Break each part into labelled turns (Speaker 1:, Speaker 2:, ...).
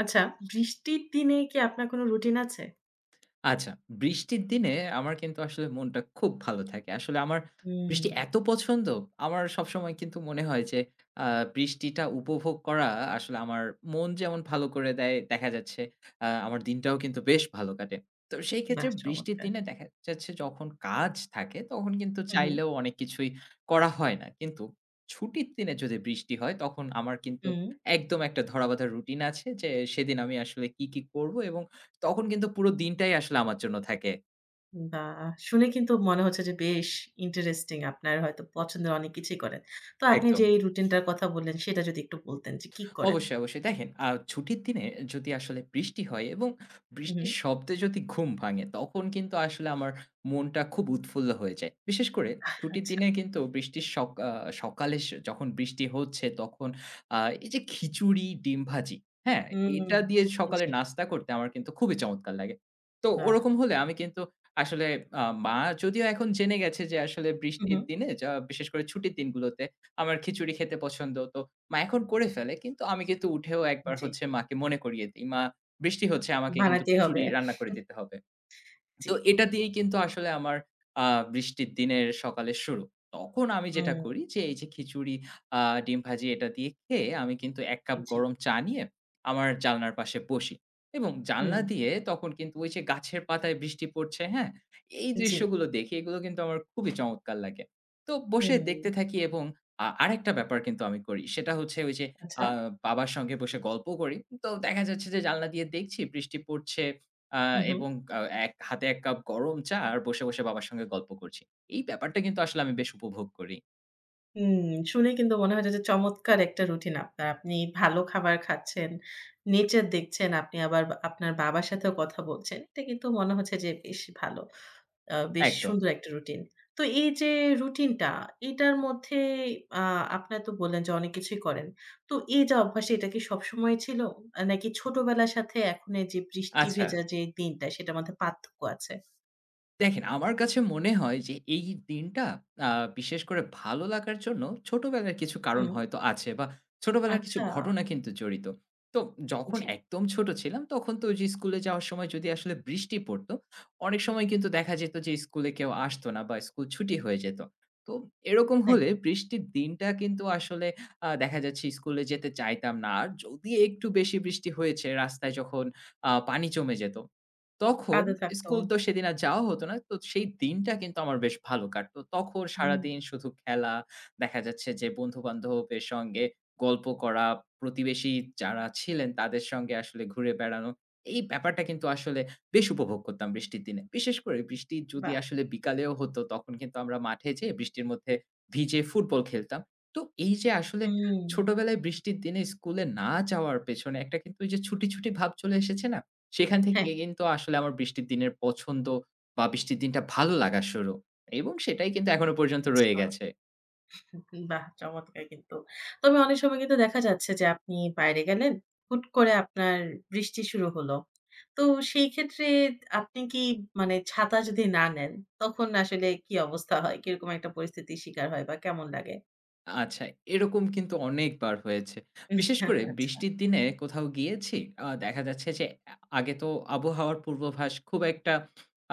Speaker 1: আচ্ছা, বৃষ্টির দিনে কি আপনার কোনো রুটিন আছে?
Speaker 2: আচ্ছা, বৃষ্টির দিনে আমার কিন্তু আসলে মনটা খুব ভালো থাকে। আসলে আমার
Speaker 1: হুম।
Speaker 2: বৃষ্টি এত পছন্দ, আমার সবসময় কিন্তু মনে হয় যে আ বৃষ্টিটা উপভোগ করা আসলে আমার মন যেমন ভালো করে দেয়, দেখা যাচ্ছে আমার দিনটাও কিন্তু বেশ ভালো কাটে। তো সেই ক্ষেত্রে
Speaker 1: বাহ!
Speaker 2: বৃষ্টির
Speaker 1: চমৎকার।
Speaker 2: দিনে দেখা যাচ্ছে যখন কাজ থাকে তখন কিন্তু
Speaker 1: হু, হু,
Speaker 2: চাইলেও অনেক কিছুই করা হয় না। কিন্তু ছুটির দিনে যদি বৃষ্টি হয় তখন আমার কিন্তু
Speaker 1: হুম।
Speaker 2: একদম একটা ধরাবাঁধা রুটিন আছে যে সেদিন আমি আসলে কি, কি করব, এবং তখন কিন্তু পুরো দিনটাই আসলে আমার জন্য থাকে।
Speaker 1: বাহ! শুনে কিন্তু মনে হচ্ছে যে বেশ ইন্টারেস্টিং। আপনার হয়তো পছন্দের অনেক কিছুই করেন। তো আপনি
Speaker 2: একদম।
Speaker 1: যে এই রুটিনটার কথা বললেন সেটা যদি একটু বলতেন যে কি করেন?
Speaker 2: অবশ্যই, অবশ্যই। দেখেন, ছুটির দিনে যদি আসলে বৃষ্টি হয় এবং
Speaker 1: হু, হু।
Speaker 2: বৃষ্টির শব্দে যদি ঘুম ভাঙে তখন কিন্তু আসলে আমার মনটা খুব উৎফুল্ল হয়ে যায়। বিশেষ করে ছুটির
Speaker 1: আচ্ছা।
Speaker 2: দিনে কিন্তু বৃষ্টির সক আ সকালে যখন বৃষ্টি হচ্ছে তখন আ এই যে খিচুড়ি, ডিম ভাজি, হ্যাঁ?
Speaker 1: হুম,
Speaker 2: এটা দিয়ে সকালে
Speaker 1: জি,
Speaker 2: নাস্তা করতে আমার কিন্তু খুবই চমৎকার লাগে। তো
Speaker 1: বাহ!
Speaker 2: ওরকম হলে আমি কিন্তু আসলে, মা যদিও এখন জেনে গেছে যে আসলে
Speaker 1: হু, হু।
Speaker 2: বৃষ্টির দিনে যা বিশেষ করে ছুটির দিনগুলোতে আমার খিচুড়ি খেতে পছন্দ। তো মা এখন করে ফেলে। কিন্তু আমি কিন্তু উঠেও একবার
Speaker 1: জি,
Speaker 2: হচ্ছে মাকে মনে করিয়ে দেই। "মা, বৃষ্টি হচ্ছে, আমাকে কিন্তু
Speaker 1: বানাতেই
Speaker 2: খিচুড়ি
Speaker 1: হবে।
Speaker 2: রান্না করে দিতে হবে।"
Speaker 1: জি,
Speaker 2: তো এটা দিয়েই কিন্তু আসলে আমার আ বৃষ্টির দিনের সকালের শুরু। তখন আমি যেটা
Speaker 1: হুম।
Speaker 2: করি যে এই যে খিচুড়ি, আ ডিম ভাজি এটা দিয়ে খেয়ে আমি কিন্তু ১ কাপ
Speaker 1: জি,
Speaker 2: গরম চা নিয়ে আমার জানলার পাশে বসি এবং
Speaker 1: হুম,
Speaker 2: জানলা দিয়ে তখন কিন্তু ওই যে গাছের পাতায় বৃষ্টি পড়ছে, হ্যাঁ? এই
Speaker 1: জি,
Speaker 2: দৃশ্যগুলো দেখি, এগুলো কিন্তু আমার খুবই চমৎকার লাগে। তো বসে
Speaker 1: হুম,
Speaker 2: দেখতে থাকি এবং আরেকটা ব্যাপার কিন্তু আমি করি। সেটা হচ্ছে ওই যে আ
Speaker 1: আচ্ছা।
Speaker 2: বাবার সঙ্গে বসে গল্প করি। তো দেখা যাচ্ছে যে জানলা দিয়ে দেখছি বৃষ্টি পড়ছে। আ
Speaker 1: হু, হু।
Speaker 2: এবং আ এক হাতে ১ কাপ গরম চা আর বসে, বসে বাবার সঙ্গে গল্প করছি। এই ব্যাপারটা কিন্তু আসলে আমি বেশ উপভোগ করি।
Speaker 1: হুম, শুনে কিন্তু মনে হচ্ছে যে চমৎকার একটা রুটিন আপনার। আপনি ভালো খাবার খাচ্ছেন, নেচার দেখছেন, আপনি আবার বা আপনার বাবার সাথেও কথা বলছেন। এটা কিন্তু মনে হচ্ছে যে বেশ ভালো। বেশ
Speaker 2: একদম।
Speaker 1: সুন্দর একটা রুটিন। তো এই যে রুটিনটা, এটার মধ্যে আ আপনারা তো বললেন যে অনেক কিছুই করেন। তো এই যে অভ্যাস, এটা কি সবসময় ছিল? নাকি ছোটবেলার সাথে এখন এই যে বৃষ্টি
Speaker 2: আচ্ছা।
Speaker 1: ভেজা যে দিনটা, সেটার মধ্যে পার্থক্য আছে?
Speaker 2: দেখেন, আমার কাছে মনে হয় যে এই দিনটা আ বিশেষ করে ভালো লাগার জন্য ছোটবেলার কিছু কারণ
Speaker 1: হুম,
Speaker 2: হয়তো আছে বা ছোটবেলার কিছু
Speaker 1: আচ্ছা।
Speaker 2: ঘটনা কিন্তু জড়িত। তো যখন
Speaker 1: জি,
Speaker 2: একদম ছোট ছিলাম তখন তো ওইযে স্কুলে যাওয়ার সময় যদি আসলে বৃষ্টি পড়তো, অনেক সময় কিন্তু দেখা যেত যে স্কুলে কেউ আসতো না বা স্কুল ছুটি হয়ে যেত। তো এরকম
Speaker 1: হ্যাঁ,
Speaker 2: হলে বৃষ্টির দিনটা কিন্তু আসলে দেখা যাচ্ছে স্কুলে যেতে চাইতাম না। আর যদি একটু বেশি বৃষ্টি হয়েছে রাস্তায় যখন পানি জমে যেত তখন
Speaker 1: কাঁদে থাকতো।
Speaker 2: স্কুল তো সেদিন আর যাওয়া হতো না। তো সেই দিনটা কিন্তু আমার বেশ ভালো কাটতো। তখন
Speaker 1: হুম,
Speaker 2: সারাদিন শুধু খেলা, দেখা যাচ্ছে যে বন্ধু-বান্ধবের সঙ্গে গল্প করা, প্রতিবেশী যারা ছিলেন তাদের সঙ্গে আসলে ঘুরে বেড়ানো। এই ব্যাপারটা কিন্তু আসলে বেশ উপভোগ করতাম বৃষ্টির দিনে। বিশেষ করে বৃষ্টি যদি
Speaker 1: বাহ!
Speaker 2: আসলে বিকালেও হতো তখন কিন্তু আমরা মাঠে যেয়ে বৃষ্টির মধ্যে ভিজে ফুটবল খেলতাম। তো এই যে আসলে
Speaker 1: হুম।
Speaker 2: ছোটবেলায় বৃষ্টির দিনে স্কুলে না যাওয়ার পেছনে একটা কিন্তু ওই যে ছুটি, ছুটি ভাব চলে এসেছে না? সেখান
Speaker 1: হ্যাঁ,
Speaker 2: থেকে কিন্তু আসলে আমার বৃষ্টির দিনের পছন্দ বা বৃষ্টির দিনটা ভালো লাগা শুরু এবং সেটাই কিন্তু এখনো পর্যন্ত
Speaker 1: আচ্ছা।
Speaker 2: রয়ে গেছে।
Speaker 1: বাহ! চমৎকার কিন্তু। তবে অনেক সময় কিন্তু দেখা যাচ্ছে যে আপনি বাইরে গেলেন, হুট করে আপনার বৃষ্টি শুরু হলো। তো সেই ক্ষেত্রে আপনি কি মানে ছাতা যদি না নেন, তখন আসলে কি অবস্থা হয়? কিরকম একটা পরিস্থিতির শিকার হয় বা কেমন লাগে?
Speaker 2: আচ্ছা, এরকম কিন্তু অনেকবার হয়েছে।
Speaker 1: উম,
Speaker 2: বিশেষ করে
Speaker 1: আচ্ছা।
Speaker 2: বৃষ্টির দিনে কোথাও গিয়েছি, দেখা যাচ্ছে যে আগে তো আবহাওয়ার পূর্বাভাস খুব একটা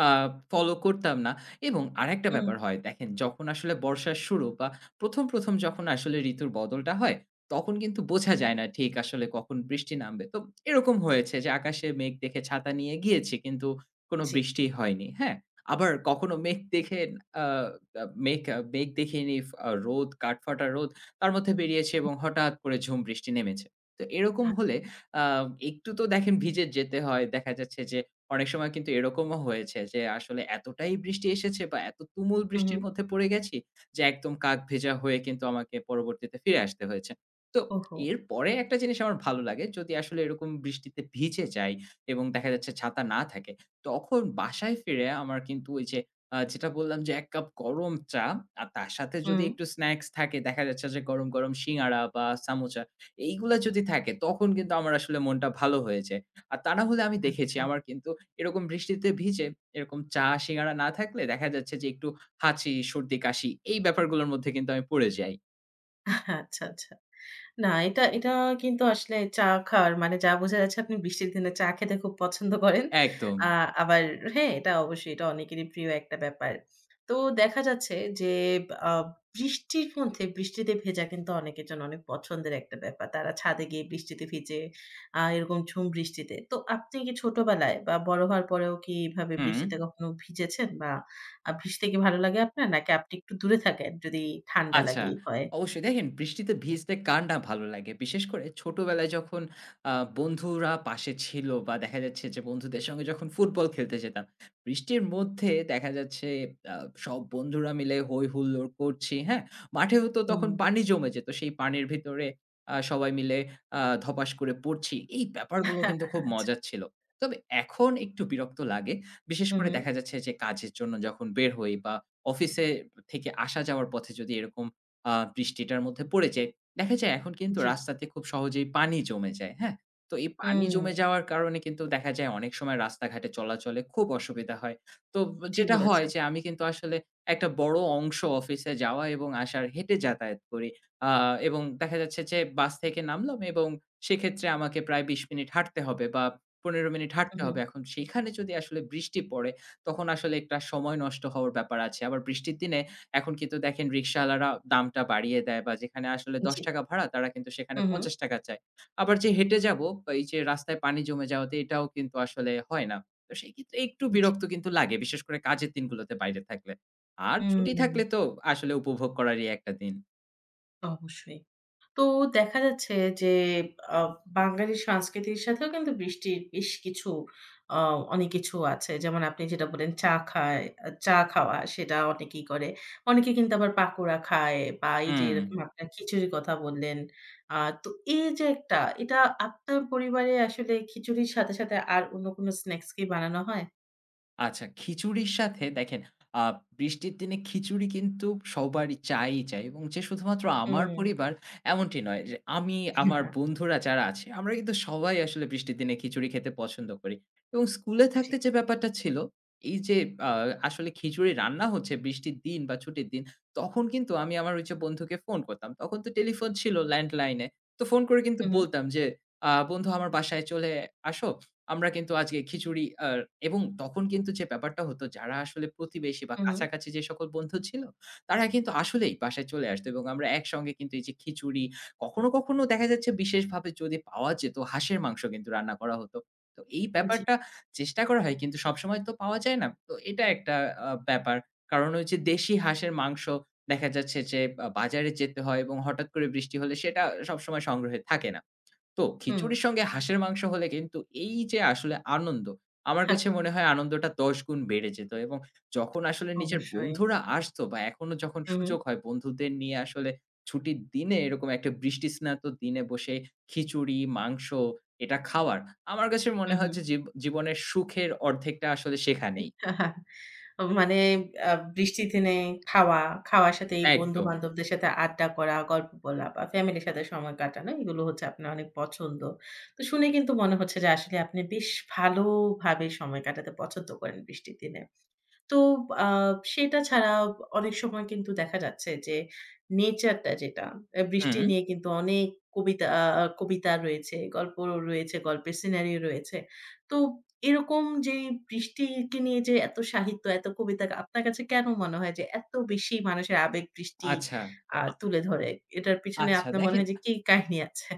Speaker 2: আ ফলো করতাম না এবং আরেকটা
Speaker 1: হুম,
Speaker 2: ব্যাপার হয় দেখেন, যখন আসলে বর্ষার শুরু বা ১ম, ১ম যখন আসলে ঋতুর বদলটা হয়, তখন কিন্তু বোঝা যায় না ঠিক আসলে কখন বৃষ্টি নামবে। তো এরকম হয়েছে যে আকাশে মেঘ দেখে ছাতা নিয়ে গিয়েছি কিন্তু কোনো
Speaker 1: জি।
Speaker 2: বৃষ্টি হয়নি, হ্যাঁ? আবার কখনো মেঘ দেখে আ আ মেঘ আ মেঘ দেখিনি, ফ আ রোদ, কাঠফাটা রোদ তার মধ্যে বেরিয়েছে এবং হঠাৎ করে ঝুম বৃষ্টি নেমেছে। তো এরকম
Speaker 1: আ
Speaker 2: হলে আ একটু তো দেখেন ভিজে যেতে হয়। দেখা যাচ্ছে যে অনেক সময় কিন্তু এরকমও হয়েছে যে আসলে এতটাই বৃষ্টি এসেছে বা এত তুমুল
Speaker 1: হুম,
Speaker 2: বৃষ্টির
Speaker 1: হুম।
Speaker 2: মধ্যে পড়ে গেছি যে একদম কাক ভেজা হয়ে কিন্তু আমাকে পরবর্তীতে ফিরে আসতে হয়েছে। তো
Speaker 1: ওহো!
Speaker 2: এরপরে একটা জিনিস আমার ভালো লাগে, যদি আসলে এরকম বৃষ্টিতে ভিজে যাই এবং দেখা যাচ্ছে ছাতা না থাকে, তখন বাসায় ফিরে আমার কিন্তু ওই যে যেটা বললাম যে ১ কাপ গরম চা আর তার সাথে যদি
Speaker 1: হুম,
Speaker 2: একটু স্ন্যাকস থাকে, দেখা যাচ্ছে যে গরম, গরম সিঙ্গাড়া বা সামোচা এইগুলা যদি থাকে তখন কিন্তু আমার আসলে মনটা ভালো হয়ে যায়। আর তা না হলে আমি দেখেছি
Speaker 1: আচ্ছা।
Speaker 2: আমার কিন্তু এরকম বৃষ্টিতে ভিজে এরকম চা, সিঙ্গাড়া না থাকলে দেখা যাচ্ছে যে একটু হাঁচি, সর্দি, কাশি এই ব্যাপারগুলোর মধ্যে কিন্তু আমি পড়ে যাই।
Speaker 1: আচ্ছা, আচ্ছা। না, এটা এটা কিন্তু আসলে চা খাওয়ার মানে যা বোঝা যাচ্ছে আপনি বৃষ্টির দিনে চা খেতে খুব পছন্দ করেন।
Speaker 2: একদম।
Speaker 1: আ আবার হ্যাঁ, এটা অবশ্যই এটা অনেকেরই প্রিয় একটা ব্যাপার। তো দেখা যাচ্ছে যে আ বৃষ্টির মধ্যে বৃষ্টিতে ভেজা কিন্তু অনেকের জন্য অনেক পছন্দের একটা ব্যাপার। তারা ছাদে গিয়ে বৃষ্টিতে ভিজে এরকম ঝুম বৃষ্টিতে। তো আপনি কি ছোটবেলায় বা বড় হওয়ার পরেও কি এভাবে
Speaker 2: হুম।
Speaker 1: বৃষ্টিতে কখনো ভিজেছেন? বা ভিজতে কি ভালো লাগে আপনার? নাকি আপনি একটু দূরে থাকেন যদি ঠান্ডা
Speaker 2: আচ্ছা।
Speaker 1: লাগে এই ভয়ে?
Speaker 2: অবশ্যই দেখেন, বৃষ্টিতে ভিজতে কার না ভালো লাগে? বিশেষ করে ছোটবেলায় যখন আ বন্ধুরা পাশে ছিল বা দেখা যাচ্ছে যে বন্ধুদের সঙ্গে যখন ফুটবল খেলতে যেতাম, বৃষ্টির মধ্যে দেখা যাচ্ছে আ সব বন্ধুরা মিলে হৈ হুল্লোড় করছি, হ্যাঁ? মাঠেও তো তখন
Speaker 1: হুম।
Speaker 2: পানি জমে যেত। সেই পানির ভিতরে সবাই মিলে ধপাস করে পড়ছি। এই ব্যাপারগুলো কিন্তু খুব মজার ছিল। তবে এখন একটু বিরক্ত লাগে। বিশেষ
Speaker 1: হুম,
Speaker 2: করে
Speaker 1: হুম।
Speaker 2: দেখা যাচ্ছে যে কাজের জন্য যখন বের হই বা অফিসে থেকে আসা যাওয়ার পথে যদি এরকম বৃষ্টিটার মধ্যে পড়ে যাই, দেখা যায় এখন কিন্তু
Speaker 1: জি।
Speaker 2: রাস্তাতে খুব সহজেই পানি জমে যায়, হ্যাঁ? তো এই পানি জমে
Speaker 1: হুম,
Speaker 2: যাওয়ার কারণে কিন্তু দেখা যায় অনেক সময় রাস্তাঘাটে চলাচলে খুব অসুবিধা হয়। তো
Speaker 1: ঠিক
Speaker 2: যেটা হয়
Speaker 1: বলেছেন।
Speaker 2: যে আমি কিন্তু আসলে একটা বড় অংশ অফিসে যাওয়া এবং আসার হেঁটে যাতায়াত করি। আ এবং দেখা যাচ্ছে যে বাস থেকে নামলাম এবং সেক্ষেত্রে আমাকে প্রায় ২০ মিনিট হাঁটতে হবে বা ১৫ মিনিট
Speaker 1: হুম,
Speaker 2: হাঁটতে
Speaker 1: হুম।
Speaker 2: হবে। এখন সেখানে যদি আসলে বৃষ্টি পড়ে তখন আসলে একটা সময় নষ্ট হওয়ার ব্যাপার আছে। আবার বৃষ্টির দিনে এখন কিন্তু দেখেন, রিকশাওয়ালারা দামটা বাড়িয়ে দেয় বা যেখানে আসলে
Speaker 1: জি।
Speaker 2: ৳১০ ভাড়া তারা কিন্তু সেখানে
Speaker 1: হুম, হুম।
Speaker 2: ৳৫০ চায়। আবার যে হেঁটে যাবো বা এই যে রাস্তায় পানি জমে যাওয়াতে এটাও কিন্তু আসলে হয় না। তো সেই ক্ষেত্রে একটু
Speaker 1: জি।
Speaker 2: বিরক্ত কিন্তু লাগে, বিশেষ করে কাজের দিনগুলোতে বাইরে থাকলে। আর
Speaker 1: হুম,
Speaker 2: ছুটি থাকলে তো আসলে উপভোগ করারই একটা দিন।
Speaker 1: অবশ্যই। তো দেখা যাচ্ছে যে আ বাঙালি সংস্কৃতির সাথেও কিন্তু বৃষ্টির বেশ কিছু আ অনেক কিছু আছে। যেমন আপনি যেটা বললেন চা খায় চা খাওয়া সেটা অনেকেই করে। অনেকে কিন্তু আবার পাকোড়া খায় বা এই যে
Speaker 2: হুম।
Speaker 1: এরকম আপনার খিচুড়ির কথা বললেন। আ তো এই যে এটা আপনার পরিবারে আসলে খিচুড়ির সাথে, সাথে আর অন্য কোনো স্ন্যাকস কি বানানো হয়?
Speaker 2: আচ্ছা, খিচুড়ির সাথে দেখেন, আ বৃষ্টির দিনে খিচুড়ি কিন্তু সবারই চাই-ই চাই এবং যে শুধুমাত্র আমার
Speaker 1: হুম।
Speaker 2: পরিবার এমনটি নয়, যে আমি আমার বন্ধুরা যারা আছে আমরা কিন্তু সবাই আসলে বৃষ্টির দিনে খিচুড়ি খেতে পছন্দ করি এবং স্কুলে
Speaker 1: জি।
Speaker 2: থাকতে যে ব্যাপারটা ছিল, এই যে আ আসলে খিচুড়ি রান্না হচ্ছে বৃষ্টির দিন বা ছুটির দিন, তখন কিন্তু আমি আমার ওই যে বন্ধুকে ফোন করতাম। তখন তো টেলিফোন ছিল ল্যান্ডলাইনে। তো ফোন করে কিন্তু
Speaker 1: হুম,
Speaker 2: বলতাম যে, বন্ধু আমার বাসায় চলে আসো।" আমরা কিন্তু আজকে খিচুড়ি এবং তখন কিন্তু যে ব্যাপারটা হতো, যারা আসলে প্রতিবেশী বা
Speaker 1: হুম,
Speaker 2: কাছাকাছি যে সকল বন্ধু ছিল, তারা কিন্তু আসলেই বাসায় চলে আসতো এবং আমরা একসঙ্গে কিন্তু এই যে খিচুড়ি, কখনো, কখনো দেখা যাচ্ছে বিশেষভাবে যদি পাওয়া যেত হাঁসের মাংস কিন্তু রান্না করা হতো। তো এই
Speaker 1: হুম, জি।
Speaker 2: ব্যাপারটা চেষ্টা করা হয় কিন্তু সবসময় তো পাওয়া যায় না। তো এটা একটা ব্যাপার। কারণ ওই যে দেশি হাঁসের মাংস দেখা যাচ্ছে যে বা বাজারে যেতে হয় এবং হঠাৎ করে বৃষ্টি হলে সেটা সবসময় সংগ্রহে থাকে না। তো
Speaker 1: হুম,
Speaker 2: খিচুড়ির সঙ্গে হাঁসের মাংস হলে কিন্তু এই যে আসলে আনন্দ, আমার কাছে মনে হয় আনন্দটা ১০ গুণ বেড়ে যেত এবং যখন আসলে নিজের
Speaker 1: অবশ্যই।
Speaker 2: বন্ধুরা আসতো বা এখনো যখন
Speaker 1: হুম, হুম,
Speaker 2: সুযোগ হয় বন্ধুদের নিয়ে আসলে ছুটির দিনে এরকম একটা বৃষ্টিস্নাত দিনে বসে খিচুড়ি, মাংস এটা খাওয়ার, আমার কাছে মনে
Speaker 1: হুম,
Speaker 2: হয়
Speaker 1: হুম।
Speaker 2: যে জীবনের সুখের অর্ধেকটা আসলে সেখানেই।
Speaker 1: মানে আ বৃষ্টির দিনে খাওয়া, খাওয়ার সাথে এই
Speaker 2: একদম।
Speaker 1: বন্ধু-বান্ধবদের সাথে আড্ডা করা, গল্প বলা বা ফ্যামিলির সাথে সময় কাটানো এগুলো হচ্ছে আপনার অনেক পছন্দ। তো শুনে কিন্তু মনে হচ্ছে যে আসলে আপনি বেশ ভালোভাবে সময় কাটাতে পছন্দ করেন বৃষ্টির দিনে। তো আ সেটা ছাড়া অনেক সময় কিন্তু দেখা যাচ্ছে যে নেচারটা যেটা বৃষ্টি
Speaker 2: হুম,
Speaker 1: নিয়ে কিন্তু অনেক কবিতা আ আ কবিতা রয়েছে, গল্প রয়েছে, গল্পের সিনারিও রয়েছে। তো এরকম যেই বৃষ্টিকে নিয়ে যে এত সাহিত্য, এত কবিতা আপনার কাছে কেন মনে হয় যে এত বেশি মানুষের আবেগ বৃষ্টি
Speaker 2: আচ্ছা, আ
Speaker 1: তুলে ধরে? এটার পিছনে
Speaker 2: আচ্ছা
Speaker 1: আপনার মনে
Speaker 2: দেখেন,
Speaker 1: হয় যে কি কাহিনী আছে?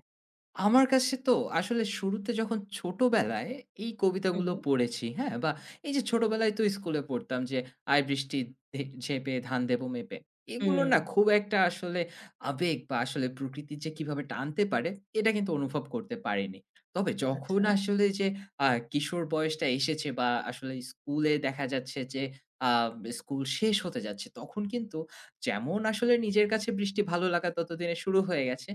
Speaker 2: আমার কাছে তো আসলে শুরুতে যখন ছোটবেলায় এই
Speaker 1: হু,
Speaker 2: কবিতাগুলো
Speaker 1: হু।
Speaker 2: পড়েছি, হ্যাঁ? বা এই যে ছোটবেলায় তো স্কুলে পড়তাম যে, "আয় বৃষ্টি ঝেঁপে ধান দেবো মেপে।" এগুলো
Speaker 1: হুম,
Speaker 2: না খুব একটা আসলে আবেগ বা আসলে প্রকৃতি যে কিভাবে টানতে পারে, এটা কিন্তু অনুভব করতে পারিনি। তবে যখন
Speaker 1: আচ্ছা।
Speaker 2: আসলে যে কিশোর বয়সটা এসেছে বা আসলে স্কুলে দেখা যাচ্ছে যে আ স্কুল শেষ হতে যাচ্ছে, তখন কিন্তু যেমন আসলে নিজের কাছে বৃষ্টি ভালো লাগা ততদিনে শুরু হয়ে গেছে,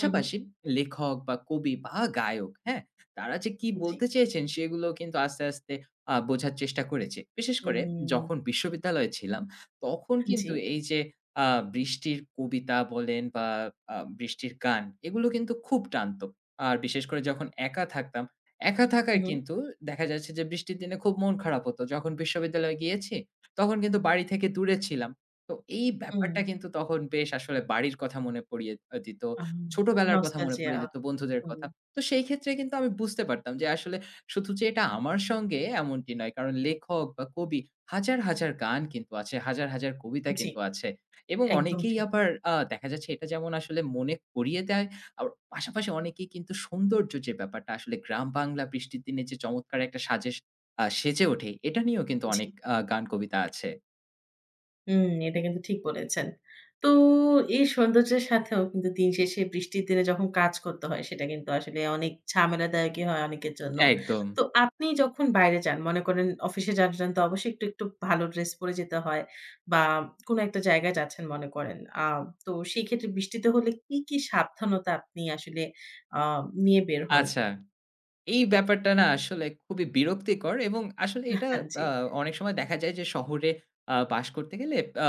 Speaker 1: হু, হু।
Speaker 2: লেখক বা কবি বা গায়ক, হ্যাঁ? তারা যে কি
Speaker 1: জি।
Speaker 2: বলতে চেয়েছেন সেগুলো কিন্তু আস্তে, আস্তে বোঝার চেষ্টা করেছি। বিশেষ করে
Speaker 1: হুম,
Speaker 2: যখন বিশ্ববিদ্যালয়ে ছিলাম তখন
Speaker 1: জি।
Speaker 2: কিন্তু এই যে আ বৃষ্টির কবিতা বলেন বা বৃষ্টির গান এগুলো কিন্তু খুব টানতো। আর বিশেষ করে যখন একা থাকতাম, একা
Speaker 1: হু,
Speaker 2: থাকায়
Speaker 1: হু।
Speaker 2: কিন্তু দেখা যাচ্ছে যে বৃষ্টির দিনে খুব মন খারাপ হতো। যখন বিশ্ববিদ্যালয়ে গিয়েছি তখন কিন্তু বাড়ি থেকে দূরে ছিলাম। তো এই
Speaker 1: হুম।
Speaker 2: ব্যাপারটা কিন্তু তখন বেশ আসলে বাড়ির কথা মনে পড়িয়ে দিত।
Speaker 1: আ
Speaker 2: ছোটবেলার কথা মনে পড়ে
Speaker 1: নস্টালজিয়া।
Speaker 2: যেত, বন্ধুদের
Speaker 1: হুম,
Speaker 2: কথা। তো সেই ক্ষেত্রে কিন্তু আমি বুঝতে পারতাম যে আসলে শুধু যে এটা আমার সঙ্গে এমনটি নয়। কারণ লেখক বা কবি হাজার, হাজার গান কিন্তু আছে, হাজার, হাজার কবিতা
Speaker 1: জি,
Speaker 2: কিন্তু আছে। এবং
Speaker 1: একদম
Speaker 2: অনেকেই
Speaker 1: ঠিক।
Speaker 2: আবার দেখা যাচ্ছে এটা যেমন আসলে মনে করিয়ে দেয়, আবার পাশাপাশি অনেকেই কিন্তু সৌন্দর্য যে ব্যাপারটা আসলে গ্রাম বাংলা বৃষ্টির দিনে যে চমৎকার একটা সাজেশ আ সেজে ওঠে, এটা নিয়েও কিন্তু
Speaker 1: জি।
Speaker 2: অনেক গান কবিতা আছে।
Speaker 1: হুম, এটা কিন্তু ঠিক বলেছেন। তো এই সৌন্দর্যের সাথেও কিন্তু দিন শেষে বৃষ্টির দিনে যখন কাজ করতে হয় সেটা কিন্তু আসলে অনেক ঝামেলাদায়কই হয় অনেকের জন্য।
Speaker 2: একদম।
Speaker 1: তো আপনি যখন বাইরে যান, মনে করেন অফিসে যাচ্ছেন তো অবশ্যই একটু, একটু ভালো ড্রেস পরে যেতে হয় বা কোনো একটা জায়গায় যাচ্ছেন মনে করেন। তো সেই ক্ষেত্রে বৃষ্টিতে হলে কি, কি সাবধানতা আপনি আসলে আ নিয়ে বের হন?
Speaker 2: আচ্ছা। এই ব্যাপারটা না আসলে খুবই বিরক্তিকর এবং আসলে এটা
Speaker 1: হ্যাঁ, জি।
Speaker 2: আ অনেক সময় দেখা যায় যে শহরে বাস করতে গেলে আ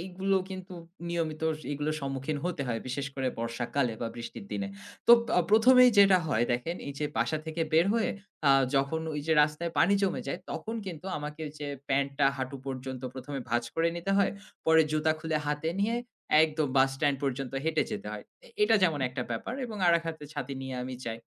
Speaker 2: এইগুলো কিন্তু নিয়মিত এগুলোর সম্মুখীন হতে হয়। বিশেষ করে বর্ষাকালে বা বৃষ্টির দিনে। তো ১ম এই যেটা হয় দেখেন, এই যে বাসা থেকে বের হয়ে আ যখন ওই যে রাস্তায় পানি জমে যায় তখন কিন্তু আমাকে ওই যে প্যান্টটা হাঁটু পর্যন্ত ১ম এ ভাঁজ করে নিতে হয়। পরে জুতা খুলে হাতে নিয়ে একদম বাস স্ট্যান্ড পর্যন্ত হেঁটে যেতে হয়। এটা যেমন একটা ব্যাপার এবং আরেক হাতে ছাতি নিয়ে আমি যাই।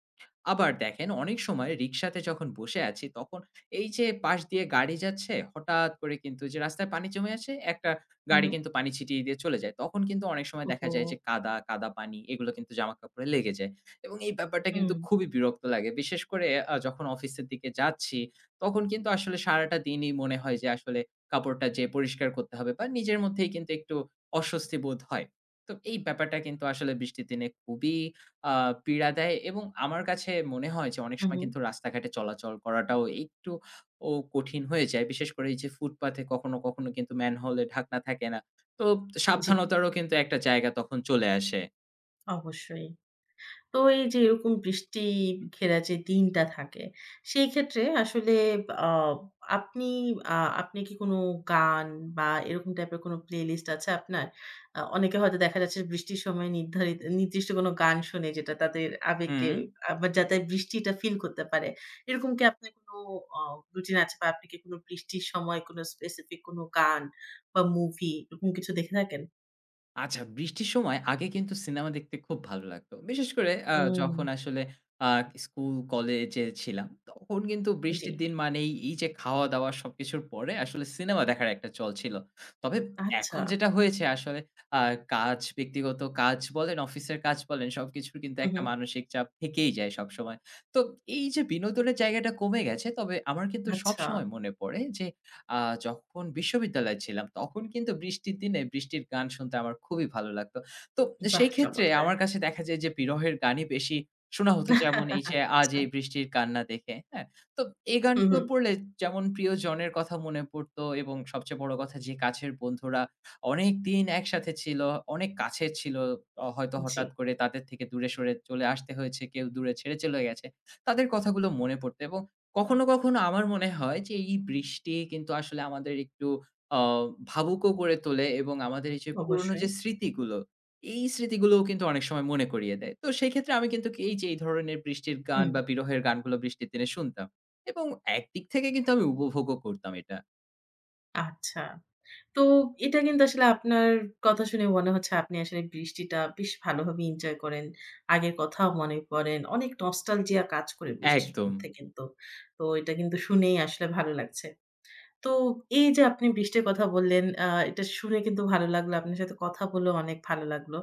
Speaker 2: আবার দেখেন অনেক সময় রিক্সাতে যখন বসে আছি তখন এই যে পাশ দিয়ে গাড়ি যাচ্ছে, হঠাৎ করে কিন্তু যে রাস্তায় পানি জমে আছে, একটা
Speaker 1: হু,
Speaker 2: গাড়ি
Speaker 1: হু।
Speaker 2: কিন্তু পানি ছিটিয়ে দিয়ে চলে যায় তখন কিন্তু অনেক সময় দেখা
Speaker 1: ওহো!
Speaker 2: যায় যে কাদা কাদা পানি এগুলো কিন্তু জামা কাপড়ে লেগে যায় এবং এই ব্যাপারটা
Speaker 1: হুম,
Speaker 2: কিন্তু খুবই বিরক্ত লাগে, বিশেষ করে যখন অফিসের দিকে যাচ্ছি তখন কিন্তু আসলে সারাটা দিনই মনে হয় যে আসলে কাপড়টা যে পরিষ্কার করতে হবে বা নিজের মধ্যেই কিন্তু একটু অস্বস্তি বোধ হয়। তো এই ব্যাপারটা কিন্তু আসলে বৃষ্টির দিনে খুবই আ পীড়া দেয় এবং আমার কাছে মনে হয় যে অনেক
Speaker 1: হু,
Speaker 2: সময়
Speaker 1: হু।
Speaker 2: কিন্তু রাস্তাঘাটে চলাচল করাটাও একটু কঠিন হয়ে যায়। বিশেষ করে এই যে ফুটপাথে কখনো, কখনো কিন্তু ম্যানহোল এ ঢাকনা থাকে না। তো
Speaker 1: জি,
Speaker 2: সাবধানতারও কিন্তু একটা জায়গা তখন চলে আসে।
Speaker 1: অবশ্যই। তো এই যে এরকম বৃষ্টি ঘেরা যে দিনটা থাকে, সেই ক্ষেত্রে আসলে আ আপনি আ আপনি কি কোনো গান বা এরকম টাইপের কোনো প্লেলিস্ট আছে আপনার? অনেকে হয়তো দেখা যাচ্ছে বৃষ্টির সময় নির্ধারিত নির্দিষ্ট কোনো গান শোনে যেটা তাদের আবেগকে
Speaker 2: হুম।
Speaker 1: আবার যাতে বৃষ্টিটা ফিল করতে পারে। এরকম কি আপনার কোনো অ রুটিন আছে বা আপনি কি কোনো বৃষ্টির সময় কোনো স্পেসিফিক কোনো গান বা মুভি এরকম কিছু দেখে থাকেন?
Speaker 2: আচ্ছা, বৃষ্টির সময় আগে কিন্তু সিনেমা দেখতে খুব ভালো লাগতো। বিশেষ করে
Speaker 1: হুম,
Speaker 2: যখন আসলে আ স্কুল, কলেজে ছিলাম, তখন কিন্তু
Speaker 1: জি।
Speaker 2: বৃষ্টির দিন মানেই এই যে খাওয়া-দাওয়া সবকিছুর পরে আসলে সিনেমা দেখার একটা চল ছিল। তবে
Speaker 1: আচ্ছা।
Speaker 2: এখন যেটা হয়েছে আসলে আ কাজ, ব্যক্তিগত কাজ বলেন, অফিসের কাজ বলেন, সবকিছুর কিন্তু
Speaker 1: হু,
Speaker 2: একটা
Speaker 1: হু।
Speaker 2: মানসিক চাপ থেকেই যায় সবসময়। তো এই যে বিনোদনের জায়গাটা কমে গেছে, তবে আমার কিন্তু
Speaker 1: আচ্ছা।
Speaker 2: সবসময় মনে পড়ে যে আ যখন বিশ্ববিদ্যালয়ে ছিলাম তখন কিন্তু বৃষ্টির দিনে বৃষ্টির গান শুনতে আমার খুবই ভালো লাগতো। তো
Speaker 1: বাহ!
Speaker 2: সেই ক্ষেত্রে
Speaker 1: চমৎকার।
Speaker 2: আমার কাছে দেখা যায় যে বিরহের গানই বেশি শোনা হতো, যেমন এই যে আজ
Speaker 1: আচ্ছা।
Speaker 2: এই বৃষ্টির কান্না দেখে, হ্যাঁ? তো এই
Speaker 1: হু,
Speaker 2: গানগুলো
Speaker 1: হু।
Speaker 2: পড়লে যেমন প্রিয়জনের কথা মনে পড়তো এবং সবচেয়ে বড় কথা যে কাছের বন্ধুরা অনেকদিন একসাথে ছিল, অনেক কাছের ছিল। হয়তো
Speaker 1: জি,
Speaker 2: হঠাৎ করে তাদের থেকে দূরে সরে চলে আসতে হয়েছে, কেউ দূরে ছেড়ে চলে গেছে। তাদের কথাগুলো মনে পড়তো এবং কখনো, কখনো আমার মনে হয় যে এই বৃষ্টি কিন্তু আসলে আমাদের একটু আ ভাবুকও করে তোলে এবং আমাদের এই যে পুরনো
Speaker 1: অবশ্যই।
Speaker 2: যে স্মৃতিগুলো, এই স্মৃতিগুলোও কিন্তু অনেক সময় মনে করিয়ে দেয়। তো সেক্ষেত্রে আমি কিন্তু এই যে এই ধরনের বৃষ্টির গান
Speaker 1: হুম,
Speaker 2: বা বিরহের গানগুলো বৃষ্টির দিনে শুনতাম এবং একদিক থেকে কিন্তু আমি উপভোগও করতাম এটা।
Speaker 1: আচ্ছা। তো এটা কিন্তু আসলে আপনার কথা শুনে মনে হচ্ছে আপনি আসলে বৃষ্টিটা বেশ ভালোভাবে এনজয় করেন। আগের কথাও মনে পড়েন। অনেক নস্টালজিয়া কাজ করে বৃষ্টির
Speaker 2: একদম।
Speaker 1: মধ্যে কিন্তু। তো এটা কিন্তু শুনেই আসলে ভালো লাগছে। তো এই যে আপনি বৃষ্টির কথা বললেন, এটা শুনে কিন্তু ভালো লাগলো। আপনার সাথে কথা বলেও অনেক ভালো লাগলো।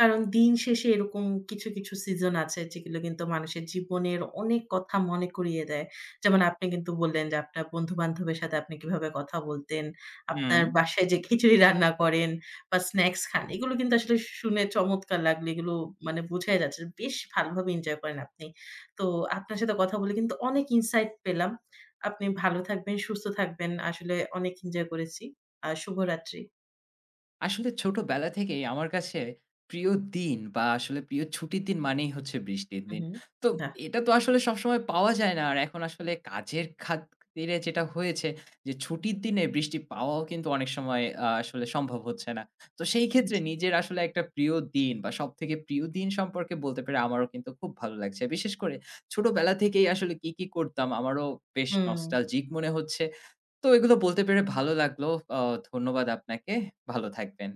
Speaker 1: কারণ দিন শেষে এরকম কিছু, কিছু সিজন আছে যেগুলো কিন্তু মানুষের জীবনের অনেক কথা মনে করিয়ে দেয়। যেমন আপনি কিন্তু বললেন যে আপনার বন্ধু-বান্ধবের সাথে আপনি কিভাবে কথা বলতেন,
Speaker 2: হুম।
Speaker 1: আপনার বাসায় যে খিচুড়ি রান্না করেন বা স্ন্যাকস খান, এগুলো কিন্তু আসলে শুনে চমৎকার লাগলো। এগুলো মানে বোঝাই যাচ্ছে যে বেশ ভালোভাবে এনজয় করেন আপনি। তো আপনার সাথে কথা বলে কিন্তু অনেক ইনসাইট পেলাম। আপনি ভালো থাকবেন, সুস্থ থাকবেন। আসলে অনেক এনজয় করেছি। শুভরাত্রি।
Speaker 2: আসলে ছোটবেলা থেকেই আমার কাছে প্রিয় দিন বা আসলে প্রিয় ছুটির দিন মানেই হচ্ছে বৃষ্টির
Speaker 1: হু,
Speaker 2: দিন।
Speaker 1: হু।
Speaker 2: তো
Speaker 1: বাহ!
Speaker 2: এটা তো আসলে সবসময় পাওয়া যায় না। আর এখন আসলে কাজের খাতিরে যেটা হয়েছে যে ছুটির দিনে বৃষ্টি পাওয়াও কিন্তু অনেক সময় আসলে সম্ভব হচ্ছে না। তো সেই ক্ষেত্রে
Speaker 1: জি।
Speaker 2: নিজের আসলে একটা প্রিয় দিন বা সবথেকে প্রিয় দিন সম্পর্কে বলতে পেরে আমারও কিন্তু খুব ভালো লাগছে। বিশেষ করে ছোটবেলা থেকেই আসলে কি, কি করতাম আমারও বেশ
Speaker 1: হুম।
Speaker 2: নস্টালজিক মনে হচ্ছে। তো এগুলো বলতে পেরে ভালো লাগলো। আ ধন্যবাদ আপনাকে। ভালো থাকবেন।